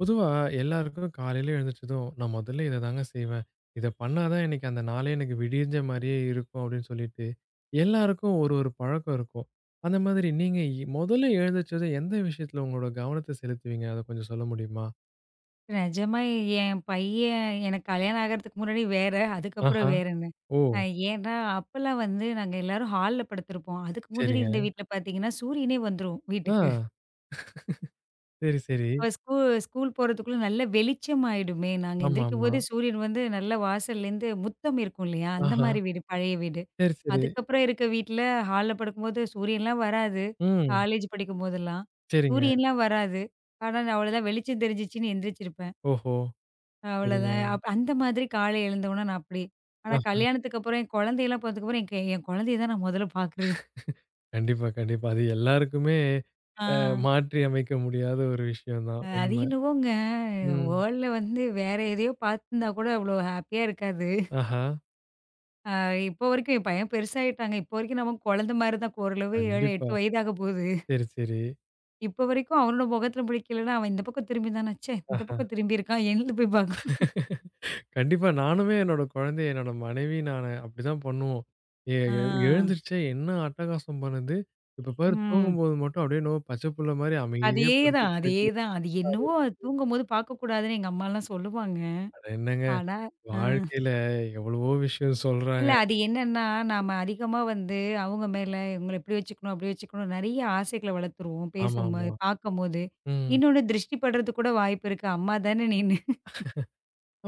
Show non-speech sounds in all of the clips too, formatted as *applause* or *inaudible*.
பொதுவா எல்லாருக்கும் காலையில எழுந்திரிச்சதும், "நான் முதல்ல இத தாங்க செய்வேன். இத பண்ணா தான் இன்னைக்கு அந்த நாளே எனக்கு விடிஞ்ச மாரியே இருக்கும்." அப்படின்னு சொல்லிட்டு, எல்லாருக்கும் ஒரு ஒரு பழக்கம் இருக்கும். அந்த மாதிரி நீங்க முதல்ல எழுந்திரிச்சதும் எந்த விஷயத்துல உங்களோட கவனத்த செலுத்துவீங்க? அத கொஞ்சம் சொல்ல முடியுமா? நிஜமா என் பையன் எனக்கு கல்யாணம் ஆகறதுக்கு முன்னாடி வேற, அதுக்கப்புறம் ஆஹா. வேறன்னு. ஓ! அ ஏன்னா, அப்பலாம் வந்து நாங்க எல்லாரும் ஹால்ல படுத்திருப்போம். அதுக்கு முன்னாடி சரிங்க. இருந்த வீட்ல பார்த்தீங்கன்னா, சூரியனே வந்துரும் ஆ. வீட்டுக்கு. சரி, சரி. அவ ஸ்கூ ஸ்கூல் போறதுக்குள்ள நல்ல வெளிச்சம் ஆயிடுமே! நாங்க ஆமாமா. எந்திரிக்கும்போதே சூரியன் வந்து நல்லா வாசல்லேருந்து முத்தம் இருக்கும் இல்லையா? அந்த ஆஹா. மாரி வீடு, பழைய வீடு. சரி, சரி. அதுக்கப்புறம் இருக்க வீட்ல ஹால்ல படுக்கும்போது சூரியன்லாம் வராது. ம். காலேஜ் படிக்கும்போதெல்லாம். சரிங்க. சூரியன்லாம் வராது. ஆனா, நான் அவ்வளோதான் வெளிச்சம் தெரிஞ்சிச்சுன்னு எந்திரிச்சிருப்பேன். ஓஹோ! அவ்வளோதான். சரிங்க. அந்த மாதிரி காலை எழுந்தவுன நான் அப்டி. ஆனா ஆ. கல்யாணத்துக்கு அப்புறம் என் குழந்தையெல்லாம் பொறந்ததுக்கு அப்புறம் என் என் குழந்தைய தான் நான் முதல்ல பார்க்குறது. கண்டிப்பா, கண்டிப்பா. அது எல்லாருக்குமே ஆ. அ மாற்றி அமைக்க முடியாத ஒரு விஷயம் தான். அது உண்ம. என்னவோங்க ம். வேர்ல்ட்ல வந்து வேற எதையோ பார்த்துருந்தா கூட அவ்வளோ ஹாப்பியா இருக்காது. ஆஹா. அ இப்போ வரைக்கும் என் பையன் பெருசாயிட்டாங்க. இப்போ வரைக்கும் நமக்கு குழந்த மாரி தான் ஓரளவு 7, கண்டிப்பா. 8 வயதாக போகுது. சரி, சரி. இப்போ வரைக்கும் அவனோட முகத்துல பிடிக்கலன்னா, அவன் இந்த பக்கம் திரும்பியிருந்தானா, ச்சே! இந்த ஆஹா. பக்கம் திரும்பியிருக்கான் என்னது போய் பார்க்கும். கண்டிப்பா. நானுமே என்னோட குழந்தைய, என்னோட மனைவி, நானு அப்படிதான் பண்ணுவோம். எ ஆ. எ எழுந்துருச்சே என்ன அட்டகாசம் பண்ணுது. இப்ப பாரு ம். தூங்கும்போது மட்டும் அப்படியே என்னவோ பச்சை புள்ள மாரி அமைதியா அதேதான், படுத்துக்கிட்டு இருக்கு. அதேதான். அது என்னவோ அது *unintelligible* தூங்கும்போது பார்க்கக்கூடாதுன்னு எங்க அம்மாலாம் சொல்லுவாங்க. அட என்னங்க ஆனா ஆ. வாழ்க்கையில எவ்வளவோ விஷயம் இல்ல. சொல்றாங்க. அது என்னன்னா, நாம அதிகமா வந்து அவங்க மேல இவங்கள இப்படி வச்சுக்கணும், அப்படி வச்சுக்கணும் நெறைய ஆசைகள வளர்த்துருவோம். பேசும்போது, ஆமாமா. பார்க்கும்போது. ம். இன்னொன்னு திருஷ்டி படுறதுக்கு கூட வாய்ப்பு இருக்கு. அம்மா தானே நீனு.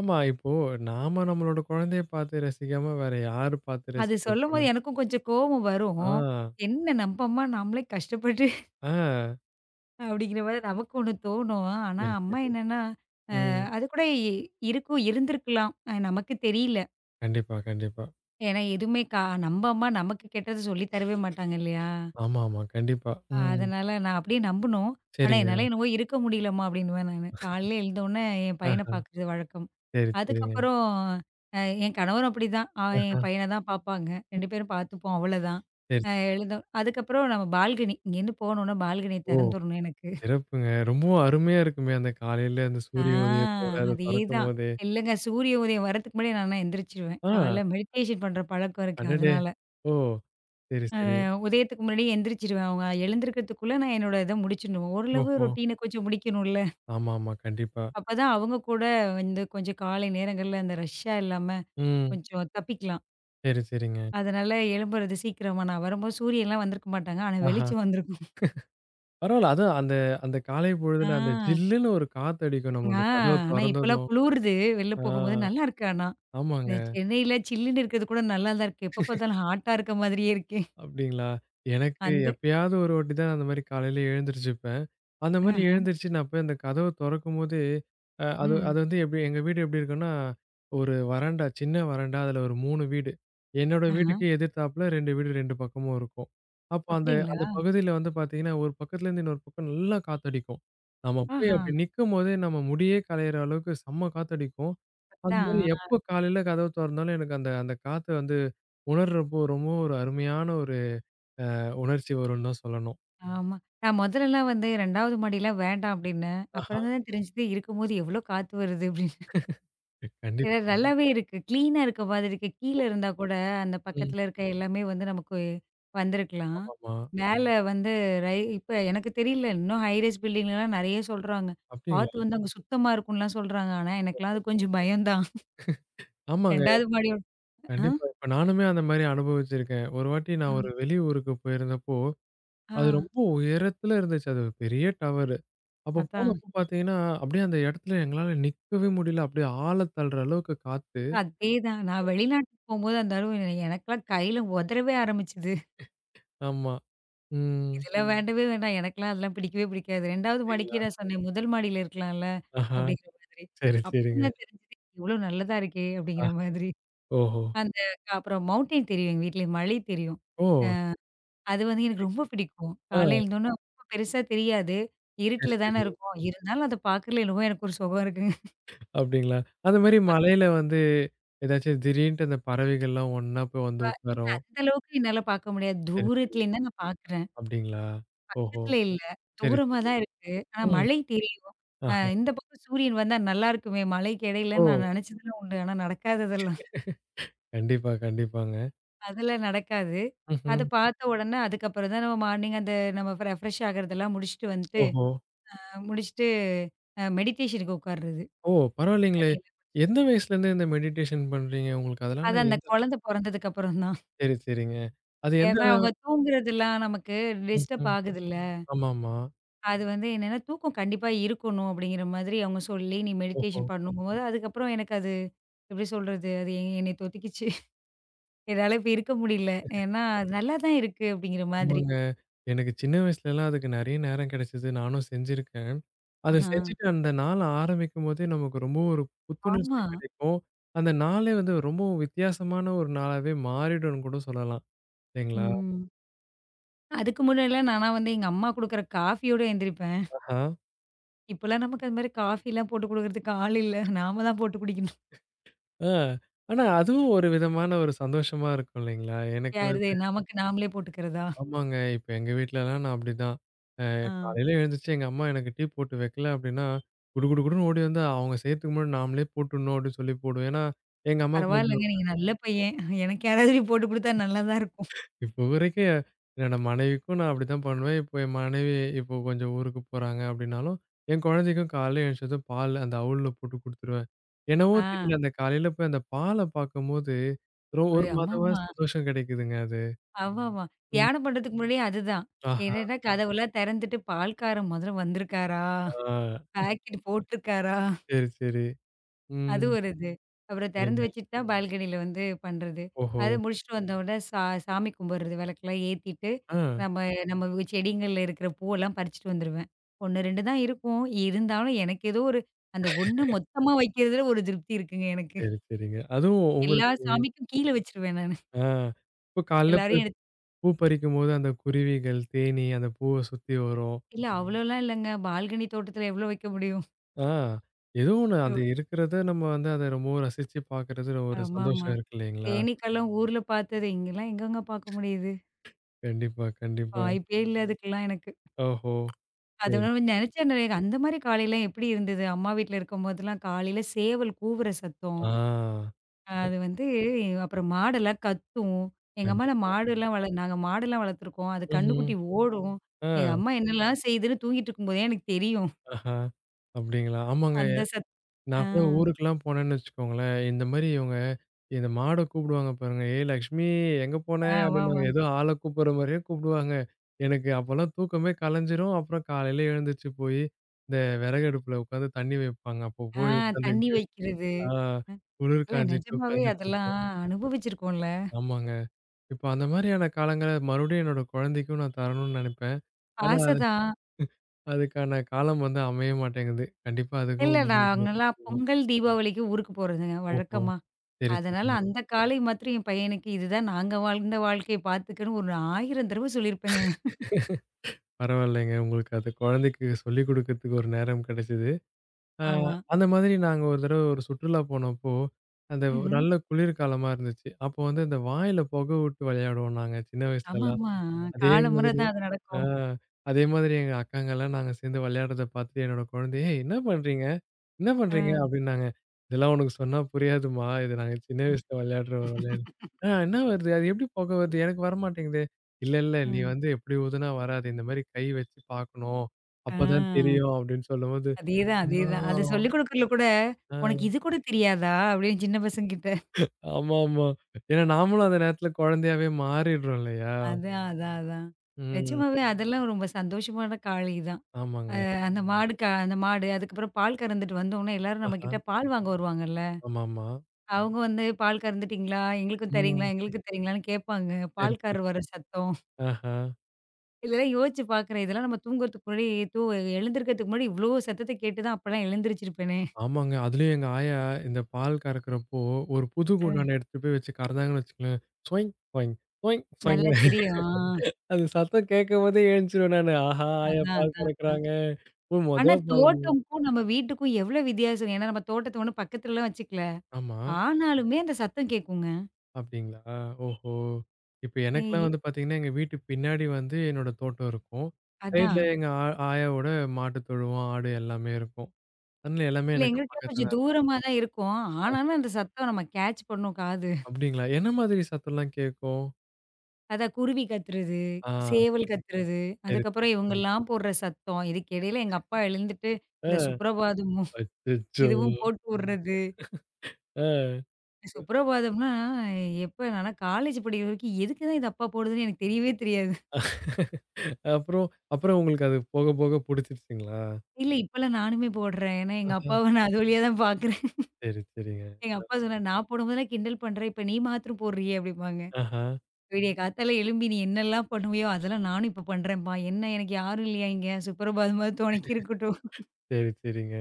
ஆமா. இப்போ நாம நம்மளோட குழந்தைய பார்த்து ரசிக்காம வேற யாரு பார்த்து அது ரசிக்க சொல்லும்போது போறா? எனக்கும் கொஞ்சம் கோவம் வரும். ஆ, என்ன நம்ப அம்மா நாமளே கஷ்டப்பட்டு ஆ. அப்படிங்கிற மாரி நமக்கு ஒண்ணு தோணும். ஆனா சரி, அம்மா சரி. என்னன்னா, ம். அது கூட இ- இருக்கும் இருந்திருக்கலாம். நமக்கு தெரியல. கண்டிப்பா, கண்டிப்பா. ஏன்னா எதுவுமே நம்ம அம்மா நமக்கு கெட்டது சொல்லி தரவே மாட்டாங்க இல்லையா? ஆமா, ஆமா. கண்டிப்பா. ம். அதனால நான் அப்படியே நம்புனோம். ஆனா, சரிங்க. என்னால என்னவோ இருக்க முடியலம்மா அப்படின்னுவேன் நானு. காலையில எழுந்தோனே என் பையன ஆஹ. பார்க்குறது வழக்கம். சரி, சரிங்க. அதுக்கப்புறம் அ என் கணவரும் அப்படிதான். என் ஆஹா. பையன தான் பார்ப்பாங்க. 2 பேரும் பார்த்துப்போம் அவ்வளோதான். சரி. அ எழுந்தோ அதுக்கப்புறம் நம்ம பால்கனி இங்கேருந்து போனோம்னா பால்கனி ஓ! திறந்துரணும் எனக்கு. சிறப்புங்க. ரொம்பவும் அருமையா இருக்குமே! அந்த காலையில அந்த ஆ சூரிய உதயத்தோட அத அதேதான். தொறக்கும்போதே. இல்லங்க சூரிய உதயம் வரதுக்கு முன்னாடி நான்லாம் எந்திரிச்சுருவேன். ஆ, காலைல மெடிடேஷன் பண்ற பழக்கம் இருக்கு அடடே! அதனால. ஓ! சரி, சரி. உதயத்துக்கு முன்னாடியே எந்திரிச்சுருவேன். அவங்க எழுந்திருக்கிறதுக்குள்ள நான் என்னோட இத முடிச்சுடணும். ஓரளவு ஓஹோ! ரொட்டீன கொஞ்சம் முடிக்கணும்ல. ஆமா, ஆமா. கண்டிப்பா. அப்பதான் அவங்க கூட வந்து கொஞ்சம் காலை நேரங்கள்ல அந்த ரஷ்ஷா இல்லாம ம். கொஞ்சம் தப்பிக்கலாம். சரி, சரிங்க. அதனால எழும்புறது சீக்கிரமா நான் வரும்போது சூரியன்லாம் வந்திருக்க மாட்டாங்க. ஆனா ஆஹா. வெளிச்சம் வந்திருக்கும். பரவால்ல. அதான் அந்த அந்த காலை பொழுதுல அந்த ஆ, ஜில்லுன்னு ஒரு காத்தடிக்கும். நம்ம ஆ அந்த கதவ ஆனா இப்பலாம் தொறந்ததும். குளுருது வெளில ஆ, போகும்போது நல்லா இருக்கு ஆனா. இந்த ஆமாங்க. சென்னையில சில்லுன்னு இருக்கிறது கூட நல்லா தான் இருக்கு. எப்ப பார்த்தாலும் ஹாட்டா இருக்க மாதிரியே இருக்கே. அப்டிங்களா? எனக்கு அந்த எப்பயாவது ஒரு வாட்டி தான் அந்த மாரி காலையில எழுந்திரிச்சுப்பேன். அந்த மாரி ஆஹா, எழுந்திரிச்சு நான் போய் அந்த கதவ தொறக்கும்போதே, அ அது ம். அது வந்து எப்டி எங்க வீடு எப்டி இருக்குன்னா, ஒரு வராண்டா, சின்ன வராண்டா. அதுல ஒரு 3 வீடு. என்னோட ஆஹா, வீட்டுக்கு எதிர்த்தாப்புல 2 வீடு 2 பக்கமும் இருக்கும். அப்போ அந்த அந்த அப்படிங்களா? பகுதியில வந்து பாத்தீங்கன்னா, ஒரு பக்கத்துலேருந்து இன்னொரு பக்கம் நல்லா காத்தடிக்கும். நம்ம போய் ஆஹா, அப்டி நிக்கும்போதே நம்ம முடியே களையிற அளவுக்கு செம்ம காத்தடிக்கும். அந்த மாரி அதான். எப்போ காலையில கதவு தொறந்தாலும் எனக்கு அந்த அந்த காத்த வந்து உணர்றப்போ ரொம்ப ஒரு அருமையான ஒரு உணர்ச்சி வரும்ன்னு தான் சொல்லணும். ஆமா. நான் முதல்லலாம் வந்து 2வது மாடிலாம் வேண்டாம் அப்படின்னேன். ஆஹா. அப்புறம் தான் தெரிஞ்சுது இருக்கும்போது எவ்ளோ காத்து வருது அப்படின்னு. இது கண்டிப்பா. நல்லாவே இருக்கு. கிளீனா இருக்க மாதிரி இருக்கு. கீழ இருந்தா கூட அந்த ம். பக்கத்துல இருக்க எல்லாமே வந்து நமக்கு வந்திருக்கலாம். ஆமாமா. மேல ம். வந்து ரை இப்ப எனக்கு தெரியல. இன்னும் ஹை ரைஸ் பில்டிங்லலாம் நெறைய சொல்றாங்க. அப்டிங்களா? பார்த்து வந்து அங்க சுத்தமா இருக்கும்லாம் சொல்றாங்க. ஆனா எனக்கெல்லாம் அது கொஞ்சம் பயம் தான். ஆமாங்க. 2வது மாடியோ ஆ, கண்டிப்பா. இப்ப நானுமே அந்த மாரி அனுபவிச்சிருக்கேன். ஒரு வாட்டி ஆ, நான் ஒரு வெளியூருக்கு போயிருந்தப்போ, ஆ அது ரொம்ப உயரத்துல இருந்துச்சு. அது ஒரு பெரிய டவரு. அப்ப அதான். போனப்போ பார்த்தீங்கன்னா, அப்டியே அந்த இடத்துல எங்களால நிக்கவே முடியல. அப்டியே ஆள தள்ளுற அளவுக்கு காத்து. அதேதான். நான் வெளிநாட்டுக்கு போம்போது அந்த அளவு எனக்கெல்லாம் கையில உதறவே ஆரம்பிச்சுது. ஆமா. ம். இதெல்லாம் வேண்டவே வேண்டாம். எனக்கெல்லாம் அதெல்லாம் பிடிக்கவே பிடிக்காது. 2வது அப்டிங்களா? மாடிக்கு நான் சொன்னேன், முதல் மாடியில இருக்கலாம்ல ஆஹா. அப்படிங்கிற மாதிரி. சரி, அப்புறம் சரிங்க. தான் தெரிஞ்சது இவ்ளோ நல்லதா இருக்கே ஆ. அப்படிங்கிற மாதிரி. ஓஹோ! அந்த அப்புறம் மவுண்டைன் தெரியும் எங்க வீட்ல. மலை தெரியும். ஓ! அது வந்து எனக்கு சரிங்க. ரொம்ப பிடிக்கும். ஆ. காலையில எழுந்தோனே ரொம்ப பெருசா தெரியாது. சரி, இருட்டுல தானே சரி. இருக்கும். இருந்தாலும் அத பார்க்கறதுல என்னவோ எனக்கு ஒரு சுகம் இருக்குங்க. அப்டிங்களா? அந்த மாரி அக்கா மலையில வந்து ஏதாச்சும் திடீர்ன்ட்டு அந்த பறவைகள்லாம் ஒண்ணா போய் வந்து இல்ல உட்காரும். அந்த அளவுக்கு என்னால பார்க்க முடியாது. சரி, சரி. தூரத்துலேருந்து தான் நான் பார்க்குறேன். அப்டிங்களா? ஓஹோ! பக்கத்துல இல்ல. சரி, தூரமா சரி. தான் இருக்கு. ஆனா ம். மலை தெரியும். ஆஹா. இந்த பக்கம் சூரியன் வந்தா நல்லா இருக்குமே மலைக்கு ஓ! இடையிலன்னு நான் நினைச்சதெல்லாம் உண்டு. ஆனா நடக்காததெல்லாம். கண்டிப்பா, கண்டிப்பாங்க. *laughs* அதெல்லாம் நடக்காது. அத ம்ஹ்ம். பார்த்த உடனே அதுக்கப்புறம் தான் நம்ம மார்னிங் அந்த நம்ம ரெஃப்ரெஷ் ஆகுறதெல்லாம் முடிச்சுட்டு வந்துட்டு, ஓஹோ! அ முடிச்சுட்டு அ மெடிடேஷனுக்கு உட்கார்றது ஓ! பரவாயில்லைங்களே! தண்ணியில. எந்த வயசுலேருந்து இந்த மெடிடேஷன் பண்றீங்க? உங்களுக்கு அது அதனால அந்த எந்த குழந்தை பொறந்ததுக்கு அப்புறம் தான். சரி, சரிங்க. அது எந்த ஏன்னா அவங்க தூங்குறதெல்லாம் நமக்கு டிஸ்டர்ப் ம்ஹ்ம். ஆகுதுல்ல. ஆமாமா. அது வந்து என்னன்னா, தூக்கம் கண்டிப்பா இருக்கணும் அப்படிங்கிற மாதிரி அவங்க சொல்லி, நீ ஓஹோ! மெடிடேஷன் பண்ணும்போது, அதுக்கப்புறம் எனக்கு அது எப்படி சொல்றது? அது எ என்னை தொத்திக்கிச்சு. *laughs* என்னால இப்ப இருக்க முடியல. ஏன்னா, அது நல்லா தான் இருக்கு அப்படிங்கிற மாதிரி. ஆமாங்க. எனக்கு சின்ன வயசுலலாம் அதுக்கு நெறைய நேரம் கிடைச்சது. நானும் செஞ்சிருக்கேன். அத ஆஹா. செஞ்சுட்டு அந்த நாள் ஆரம்பிக்கும்போதே நமக்கு ரொம்ப ஒரு புத்துணர்ச்சி ஆமா. கிடைக்கும். அந்த நாளே வந்து ரொம்பவும் வித்தியாசமான ஒரு நாளாவே மாறிடும்னு கூட சொல்லலாம். இல்லைங்களா? ம். அதுக்கு முன்னாடிலாம் நானா வந்து எங்க அம்மா குடுக்குற காஃபியோட எந்திரிப்பேன். ஆஹா. இப்பலாம் நமக்கு அது மாரி காஃபிலாம் போட்டு குடுக்குறதுக்கு ஆள் இல்ல. நாம தான் போட்டு குடிக்கணும். ஆ. ஆனா அதுவும் ஒரு விதமான ஒரு சந்தோஷமா இருக்கும் இல்லைங்களா? எனக்கு யாருது வந்து நமக்கு நாமளே போட்டுக்கிறதா? ஆமாங்க. இப்ப எங்க வீட்லலாம் நான் அப்படிதான். அ ஆ. காலையில எழுந்துச்சு எங்க அம்மா எனக்கு டீ போட்டு வைக்கல அப்படின்னா, குடு குடு குடுன்னு ஓடி வந்து அவங்க செய்யறதுக்கு முன்னாடி நாமளே போட்டுடணும் அப்படின்னு சொல்லி போடுவேன். ஏன்னா, எங்க அம்மாவுக்கு பரவாயில்லங்க. கொஞ்சம் நீங்க நல்ல பையன். எனக்கு யாராவது இப்படி போட்டு குடுத்தா நல்லா தான் இருக்கும். இப்போ வரைக்கும் என்னோட மனைவிக்கும் நான் அப்படிதான் பண்ணுவேன். இப்போ என் மனைவி இப்போ கொஞ்சம் ஊருக்கு போறாங்க அப்படின்னாலும், என் குழந்தைக்கும் காலையில எழுந்திரிச்சதும் பால் அந்த அவுல்ல போட்டு குடுத்துருவேன். என்னவோ ஆ. தெரியல அந்த காலையில போய் அந்த பால பார்க்கும்போது, ஒரு மாதமா ஆமாமா. சந்தோஷம் கிடைக்குதுங்க அது. ஆமாமா. ம். தியானம் பண்றதுக்கு முன்னாடியே அதுதான். ஆ. என்னன்னா ஆ. கதவெல்லாம் திறந்துட்டு பால்காரன் முதல்ல வந்திருக்காரா? ஆ. பாக்கெட் போட்டிருக்காரா? சரி, சரி. ம். அது ஒரு இது. அப்புறம் திறந்து சரிங்க. வச்சுட்டு தான் பால்கனியில வந்து பண்றது. ஓஹோ! அது முடிச்சுட்டு வந்த உடனே சா சாமி கும்பிடுறது. விளக்கெல்லாம் ஏத்திட்டு, ஆ. நம்ம நம்ம செடிங்கள்ல இருக்கிற பூவெல்லாம் பறிச்சுட்டு வந்துருவேன். 1, 2 தான் இருக்கும். இருந்தாலும் எனக்கு ஏதோ ஒரு அந்த ஒண்ண மொத்தமா வைக்கிறதுல ஒரு திருப்தி இருக்குங்க எனக்கு. சரி, சரிங்க. அதுவும் எல்லா உங்களுக்கு சாமிக்கும் கீழ வச்சுருவேன் நானு. ஆ. இப்போ காலைல போய் எல்லாரையும் எடுத்து பூ பறிக்கும்போது அந்த குருவிகள், தேனீ அந்த பூவ சுத்தி வரும். இல்ல அவ்வளோலாம் இல்லங்க. பால்கனி தோட்டத்துல எவ்வளோ வைக்க முடியும்? ஆ. ஏதோ ஒண்ணு அது இருக்கிறத நம்ம வந்து அத ரொம்பவும் ரசிச்சு பார்க்கறது ஒரு ஆமாமா. சந்தோஷம் இருக்கு இல்லைங்களா? தேனீக்கெல்லாம் ஊர்ல பார்த்தது. இங்கலாம் எங்கங்க பார்க்க முடியுது? கண்டிப்பா, கண்டிப்பா. வாய்ப்பே இல்ல அதுக்கெல்லாம் எனக்கு. ஓஹோ! சரி. அத நெனச்சேன் அந்த மாரி காலைலாம் எப்டி இருந்தது? அம்மா வீட்ல இருக்கும்போதெல்லாம் காலையில சேவல் கூவுற சத்தம். ஆ. அது வந்து அப்புறம் மாடெல்லாம் கத்தும். எங்க அம்மாலாம் கண்டிப்பா. மாடுலாம் வள நாங்க மாடெல்லாம் வளர்த்துருக்கோம். அது ம்ஹ்ம். கன்னுக்குட்டி ஓடும். ஆ. எங்க அம்மா என்னலாம் செய்யுதுன்னு தூங்கிட்டு இருக்கும்போதே எனக்கு தெரியும். ஆஹா. அப்டிங்களா? ஆமாங்க. அந்த சத் ஆ. நான் கூட ஊருக்குலாம் போனேன்னு வச்சுக்கோங்களேன், இந்த மாரி இவங்க இந்த மாட கூப்பிடுவாங்க பாருங்க. "ஏய் லக்ஷ்மி எங்க போன?" ஆ ஆமாமா. அப்டின்னு ஏதோ ஆள கூப்பிடுற மாரியே கூப்பிடுவாங்க. எனக்கு அப்போலாம் தூக்கமே கலைஞ்சிரும். அப்புறம் காலையில எழுந்துச்சு போய் இந்த விறகடுப்புல உட்காந்து தண்ணி வைப்பாங்க. அப்போ ஆ போய் உட்காந்து தண்ணி வைக்கிறது. ஆ குளிர் இல்ல காஞ்சிட்டு நெஜமாவே உட்காந்துட்டு அதெல்லாம் இருக்கும். அனுபவிச்சிருக்கோம்ல. ஆமாங்க. இப்ப அந்த மாரியான காலங்கள மறுபடியும் என்னோட குழந்தைக்கும் நான் தரணும்னு நெனைப்பேன். ஆனா ஆச அது தான். அதுக்கான காலம் வந்து அமைய மாட்டேங்குது. கண்டிப்பா அதுக்கும் இல்ல ஒரு முயற்சி. நாங்கலாம் பொங்கல், தீபாவளிக்கு ஊருக்கு போறதுங்க ஓஹோ! வழக்கமா. சரி, அதனால சரிங்க. அந்த காலை மாத்திரம் என் பையனுக்கு இதுதான் நாங்க வாழ்ந்த வாழ்க்கைய பார்த்துக்கன்னு ஒரு 1000 தடவ சொல்லியிருப்பேங்க. பரவாயில்லைங்க. உங்களுக்கு அது குழந்தைக்கு சொல்லிக் குடுக்கறதுக்கு ஒரு நேரம் கிடைச்சது. ஆ ஆமா. அந்த மாதிரி நாங்க ஒரு தடவ ஒரு சுற்றுலா போனப்போ, அந்த ஒரு ம்ஹ்ம். நல்ல குளிர் காலமா இருந்துச்சு. அப்போ வந்து இந்த வாயில புகை விட்டு விளையாடுவோம் நாங்க சின்ன வயசுலலாம். ஆமாமா. அதே காலமுறை மாதிரி தான் அது ஆ. நடக்கும். அதே மாதிரி எங்க அக்காங்கலாம் நாங்க சேர்ந்து விளையாடுறத பார்த்துட்டு என்னோட குழந்தை, "ஏய் என்ன பண்றீங்க? என்ன பண்றீங்க?" அ. அப்படின்னாங்க. "இதெல்லாம் உனக்கு சொன்னா புரியாதும்மா. இது நாங்க சின்ன வயசுல விளையாடுற ஒரு விளையாட்டு." "ஆ என்ன வருது? அது எப்படி புகை வருது? எனக்கு வரமாட்டேங்குதே." "இல்ல, நீ ம். வந்து எப்படி ஊதுனா வராது. இந்த மாரி கை வச்சு பார்க்கணும். ஆ. அப்பதான் தெரியும்." அப்படின்னு சொல்லும்போது, அதேதான், ஆ, அதேதான். அது சொல்லிக் குடுக்கறதுல கூட, ஆ. "உனக்கு இது கூட தெரியாதா?" அப்படின்னு சின்ன பசங்க கிட்ட. ஆமாமா. ஏன்னா நாமளும் அந்த நேரத்துல குழந்தையாவே மாறிடுறோம் இல்லையா? அதான், அதான், அதான். ம். நிஜமாவே அதெல்லாம் ரொம்ப சந்தோஷமான காலை தான். ஆமாங்க. அந்த மாடு அதுக்கப்புறம் பால் கறந்துட்டு வந்தோனே எல்லாரும் ஆஹா. நம்மகிட்ட பால் வாங்க வருவாங்கல்ல. ஆமாமா. அவங்க வந்து பால் கறந்துட்டீங்களா? எங்களுக்கும் தர்றீங்களா? ம். எங்களுக்கும் தர்றீங்களான்னு கேட்பாங்க. சரி, சரி. பால்காரர் வர சத்தம். ஆஹா. இதெல்லாம் யோசிச்சு பார்க்குறேன். இதெல்லாம் நம்ம தூங்குறதுக்கு முன்னாடி தூ எழுந்திருக்கிறதுக்கு முன்னாடி இவ்ளோ சத்தத்த கேட்டு தான் அப்பலாம் எழுந்திரிச்சிருப்பேனே. ஆமாங்க. அதுலயும் எங்க ஆயா இந்த பால் கறக்கிறப்போ, ஒரு புது ம். அ குண்டான எடுத்துட்டு போய் வச்சு கறந்தாங்கன்னு வச்சுக்கங்களேன், சொய்ங் சொய்ங் சொய்ங் நல்லா சொய்ங்ன்னு *laughs* தெரியும். அது சத்தம் கேட்கும்போதே எழுந்துருவேன் நானு. ஆஹா! ஆயா அதான், பால் அதான், அதான். கறக்குறாங்க. ஓ! மொத ஆனா பால் வாங் தோட்டமுக்கும் நம்ம வீட்டுக்கும் எவ்வளோ வித்தியாசம். ஏன்னா நம்ம தோட்டத்த ஒண்ணும் பக்கத்துலலாம் வச்சுக்கல. ஆமா. ஆனாலுமே அந்த சத்தம் கேட்குங்க. அப்டிங்களா? ஓஹோ! இப்ப எனக்கெல்லாம் ஏய் வந்து பார்த்தீங்கன்னா, எங்க வீட்டு பின்னாடி வந்து என்னோட தோட்டம் இருக்கும். சைட்ல அதான். எங்க ஆயாவோட மாட்டு தொழுவம், ஆடு எல்லாமே இருக்கும். அதனால எல்லாமே இல்ல எனக்கு எங்களுக்கெல்லாம் பக்கத்துல கொஞ்சம் தான் இருந்துச்சு. தூரமா தான் இருக்கும். ஓ! ஆனாலும் அந்த சத்தம் நம்ம கேட்ச் பண்ணும் காது. அப்டிங்களா? என்ன மாதிரி சத்தம்லாம் கேட்கும்? அதான் குருவி கத்துறது, ஆ சேவல் கத்துறது, சரி, சரி. அதுக்கப்புறம் ம். இவங்கலாம் போடுற சத்தம். இதுக்கு இடையில எங்க அப்பா எழுந்துட்டு, இந்த ஆ சுப்ரபாதமும், *laughs* அச்சச்சோ! இதுவும் போட்டு உட்றது. ஆ. சுப்ரபாதம்னா எப்ப நானா காலேஜ் படிக்கிற வரைக்கும் எதுக்கு தான் இது அப்பா போடுதுன்னு எனக்கு தெரியவே தெரியாது. அப்புறம் அப்புறம் உங்களுக்கு அது போக போக புடிச்சிருச்சுங்களா? இல்ல இப்பலாம் நானுமே போடுறேன். ஏன்னா எங்க ஆஹா. அப்பாவ நான் அது வழியா தான் பார்க்குறேன். *laughs* சரி, சரிங்க. எங்க அப்பா சொன்னாரு, "நான் போடும்போதெல்லாம் கிண்டல் பண்றேன். இப்ப நீ மாத்திரம் போடுறியே" அப்படிம்பாங்க. ஆஹா. "விடிய காத்தால எழும்பி நீ என்னெல்லாம் பண்ணுவியோ அதெல்லாம் நானும் இப்ப பண்றேன்ப்பா. என்ன எனக்கு யாரும் இல்லையா இங்க? சுப்ரபாதமாவது துணைக்கு இருக்கட்டும்." சரி, சரிங்க.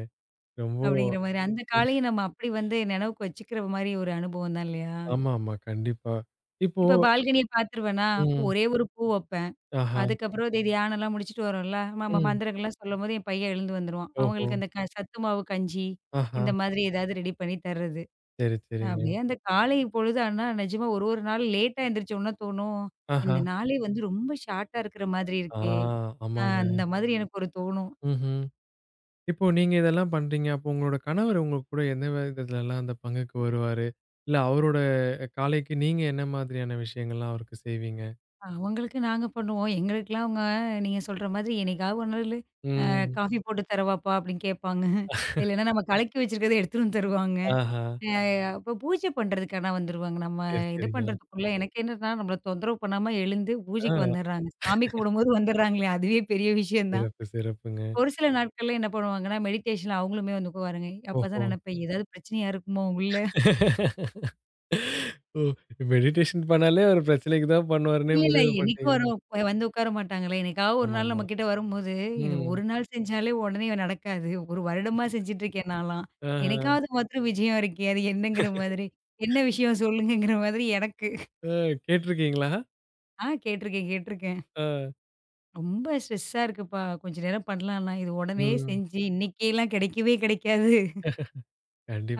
ரொம்ப அப்படிங்கிற மாரி. அந்த ம். காலைய நம்ம அப்படி வந்து நினைவுக்கு வச்சுக்கிற மாரி ஒரு அனுபவம் தான் இல்லையா? ஆமாமா. கண்டிப்பா. இப்போ இப்ப பால்கனிய பார்த்துருவேனா, ம். ஒரே ஒரு பூ வைப்பேன். ஆஹா. அதுக்கப்புறம் இது தியானம்லாம் முடிச்சுட்டு வரோம்ல, நம்ம ம். மந்திரங்கள்லாம் சொல்லும்போது என் பையன் எழுந்து வந்துருவான். ஓஹோ! அவங்களுக்கு அந்த க சத்து மாவு கஞ்சி, ஆஹா. இந்த மாதிரி ஏதாவது ரெடி பண்ணி தர்றது. சரி, சரிங்க. அப்படியே அந்த காலை பொழுது ஆனா நிஜமா ஒரு ஒரு நாள் லேட்டா எந்திரிச்சோம்னா தோணும், ஆஹா. இந்த நாளே வந்து ரொம்ப ஷார்ட்டா இருக்கிற மாதிரி ஆ. இருக்கே! ஆமாங்க. அந்த மாதிரி எனக்கு ஒரு தோணும். ம்ஹ்ம். இப்போ நீங்க இதெல்லாம் பண்றீங்க. அப்போ உங்களோட கணவர் உங்க கூட எந்த விதத்துலலாம் அந்த பங்குக்கு வருவாரு? இல்ல அவரோட காலைக்கு நீங்க என்ன மாதிரியான விஷயங்கள்லாம் அவருக்கு செய்வீங்க? அவங்களுக்கு நாங்க பண்ணுவோம். எங்களுக்கெல்லாம் அவங்க நீங்க சொல்ற மாதிரி என்னைக்காவது ஒரு நாளு ம். "காஃபி போட்டு தரவாப்பா?" அப்படின்னு கேட்பாங்க. இல்லைன்னா நம்ம கலக்கி வச்சிருக்கிறத எடுத்துட்டு வந்து தருவாங்க. ஆஹா. அ அப்ப பூஜை பண்றதுக்கு ஆனா வந்துருவாங்க. நம்ம சரி, இது சரிங்க. பண்றதுக்குள்ள எனக்கு என்னன்னா, நம்மள தொந்தரவு பண்ணாம எழுந்து ஆ. பூஜைக்கு வந்துர்றாங்க. சாமி கும்பிடும்போது வந்துர்றாங்களே, அதுவே பெரிய விஷயம் தான். சிறப்பு, சிறப்புங்க. ஒரு சில நாட்கள்ல என்ன பண்ணுவாங்கன்னா, மெடிடேஷன்ல அவங்களுமே வந்து உட்காருவாங்க. ஓஹோ! அப்பதான் நினைப்பேன், ஏதாவது பிரச்சனையா இருக்குமோ உள்ள? ஓ! மெடிடேஷன் பண்ணாலே ஒரு பிரச்சனைக்கு தான் பண்ணுவாருன்னே இல்ல, இல்ல. முடிவு என்னைக்கும் பண்ணிட்டீங்களா? வரும். போய் வந்து உட்கார மாட்டாங்களே! என்னைக்காவது ஒரு நாள் ஆமாமா. நம்மகிட்ட வரும்போது, இது ம். ஒரு நாள் செஞ்சாலே உடனே நடக்காது. ஒரு வருடமா செஞ்சுட்டு இருக்கேன் நான்லாம். ஆஹ. என்னைக்காவது மாத்திரம் விஜயம் இருக்கே! அது என்னங்கிற மாதிரி. என்ன விஷயம் சொல்லுங்கங்கிற மாதிரி எனக்கு. அ கேட்டுருக்கீங்களா? ஆ கேட்டுருக்கேன், கேட்டுருக்கேன். ஆ. "ரொம்ப ஸ்ட்ரெஸ்ஸா இருக்குப்பா. கொஞ்ச நேரம் பண்ணலான்னா, இது உடனே ம். செஞ்சு இன்னைக்கேலாம் கிடைக்கவே கிடைக்காது."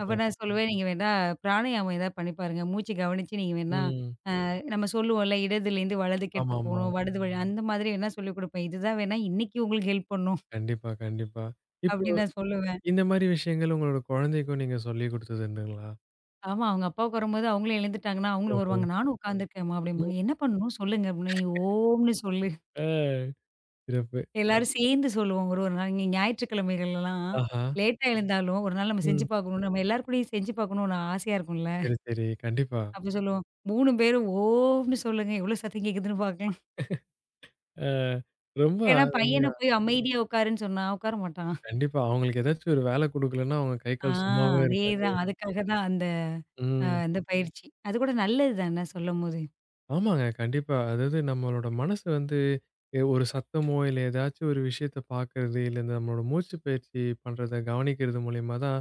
அப்ப நான் சொல்லுவேன், "நீங்க வேணா பிராணாயாமம் ஏதாவது பண்ணி பாருங்க. மூச்சு கவனிச்சு நீங்க வேணா" ம். நம்ம சொல்லுவோம்ல, இடதுலேருந்து வலதுக்கு எடுத்துட்டு ஆமாமா. போணும். வடது வழி அந்த மாதிரி வேணா சொல்லிக் குடுப்பேன். இதுதான் வேணா இன்னைக்கு உங்களுக்கு ஹெல்ப் பண்ணும். கண்டிப்பா, கண்டிப்பா. இப்போ அப்படின்னு நான் சொல்லுவேன். இந்த மாரி விஷயங்கள் உங்களோட குழந்தைக்கும் நீங்க சொல்லிக் குடுத்தது உண்டுங்களா? ஆமா, அவங்க அப்பாவுக்கு வரும்போது அவங்களும் எழுந்துட்டாங்கன்னா, அவங்களும் ஓஹோ! வருவாங்க. நானும் உட்காந்துருக்கேன்ம்மா ம். அப்படிம்பாங்க. என்ன பண்ணணும் சொல்லுங்க அப்படின்னு. நீ ஓம்ன்னு சொல்லு. ஆ. சிறப்பு. எல்லாரும் சேர்ந்து சொல்லுவோம். ஒரு ஒரு நாள் இங்க ஞாயிற்றுக்கிழமைகள்லாம் ஆஹா. லேட்டா எழுந்தாலும், ஒரு நாள் நம்ம செஞ்சு ம். பார்க்கணும். நம்ம எல்லார் கூடயும் செஞ்சு பார்க்கணும்னு ஆசையா இருக்கும்ல. சரி, சரி. கண்டிப்பா. அப்ப சொல்லுவோம். 3 பேரும் ஓம்ன்னு சொல்லுங்க. எவ்வளோ சத்தம் கேட்குதுன்னு பார்க்கலாம். ஆ ரொம்ப ஏன்னா பையன அருமையா. போய் அமைதியா உட்காருன்னு சொன்னா உட்கார மாட்டான். கண்டிப்பா. அவங்களுக்கு ஏதாச்சும் ஒரு வேலை குடுக்கலன்னா அவங்க கை, ஆ கால் சும்மாவே இருக்காது. அதேதான். அதுக்காக தான் அந்த ஆ ம். இந்த பயிற்சி. அது கூட நல்லது தானே சொல்லும்போது. ஆமாங்க. கண்டிப்பா. அதாவது நம்மளோட மனசு வந்து ஒரு சத்தமோ, இல்ல ஏதாச்சும் ஒரு விஷயத்த பார்க்கறது, இல்ல இந்த நம்மளோட மூச்சு பயிற்சி பண்றத கவனிக்கிறது மூலியமா தான்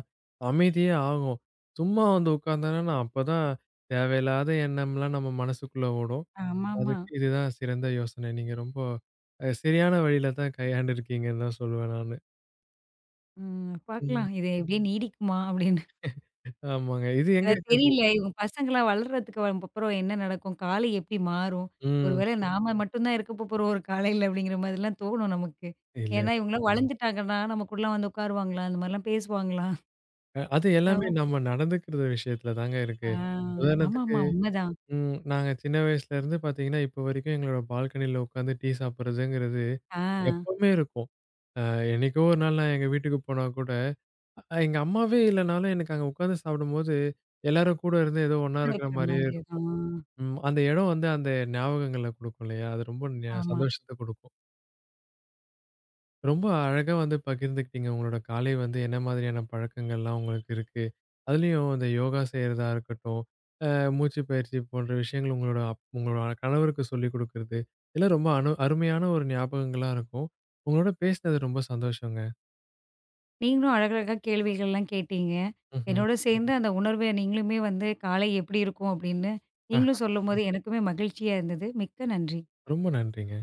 அமைதியே ஆகும். சும்மா வந்து உட்கார்ந்தோம்னா, அப்பதான் தேவையில்லாத எண்ணம்லாம் நம்ம மனசுக்குள்ள ஓடும். ஆமாமா. அதுக்கு இதுதான் சிறந்த யோசனை. நீங்க ரொம்ப சரியான வழியில தான் கையாண்டுருக்கீங்கன்னு தான் சொல்லுவேன் நானு. ம் ம். பார்க்கலாம். இது எப்படியே நீடிக்குமா அப்படின்னு. ஆமாங்க. இது எங்க ஏதாவது கேட்போம் தெரியல இவங்க பசங்கலாம் வளர்றதுக்கு வரும் அப்புறம் என்ன நடக்கும்? காலை எப்படி மாறும்? ஒரு ம். வேளை நாம மட்டும் தான் இருக்க போறோம் ஒரு காலையில அப்படிங்கிற மாதிரிலாம் தோணும் நமக்கு. இல்ல. ஏன்னா இவங்கலாம் வளர்ந்துட்டாங்கன்னா, நமக்குள்ள வந்து உட்காருவாங்களா? அந்த மாதிரிலாம் பேசுவாங்களா? அது எல்லாமே நம்ம நடந்துக்கிற விஷயத்துல தாங்க ஆ இருக்கு. உதாரணத்துக்கு ஆமாமா உண்மதான். ம். நாங்க சின்ன வயசுலேருந்து பார்த்தீங்கன்னா, இப்போ வரைக்கும் எங்களோட பால்கனியில உட்காந்து டீ சாப்பிடுறதுங்கிறது ஆ. எப்பவுமே இருக்கும். அ என்னைக்கோ ஒரு நாள் நான் எங்க வீட்டுக்கு போனா கூட, எங்க அம்மாவே இல்லனாலும் எனக்கு அங்க உட்காந்து சாப்பிடும்போது, எல்லாரும் கூட இருந்து ஏதோ ஒண்ணா இருக்கிற இருக்கிற மாரியே மாதிரி இருக்கும். தான். ம். அந்த இடம் வந்து அந்த ஞாபகங்கள குடுக்கும் இல்லையா? அது ரொம்ப ஆமா. சந்தோஷத்த குடுக்கும். ரொம்ப அழகா வந்து பகிர்ந்துக்கிட்டீங்க. உங்களோட காலை வந்து என்ன மாதிரியான பழக்கங்கள்லாம் உங்களுக்கு இருக்கு. அதுலயும் இந்த யோகா செய்றதா இருக்கட்டும், அ மூச்சு பயிற்சி போன்ற விஷயங்கள் உங்களோட உங்களோட கணவருக்கு சொல்லிக் குடுக்குறது, இதெல்லாம் ரொம்ப அருமையான ஒரு ஞாபகங்களா இருக்கும். உங்களோட பேசினது ரொம்ப சந்தோஷங்க. நீங்களும் அழகழகா கேள்விகள்லாம் கேட்டீங்க. ம்ஹ்ம். என்னோட சேர்ந்து ம். அந்த உணர்வ நீங்களுமே வந்து காலை எப்படி இருக்கும் அப்படின்னு அ நீங்களும் சொல்லும்போது எனக்குமே மகிழ்ச்சியா இருந்தது. மிக்க நன்றி. ரொம்ப நன்றிங்க.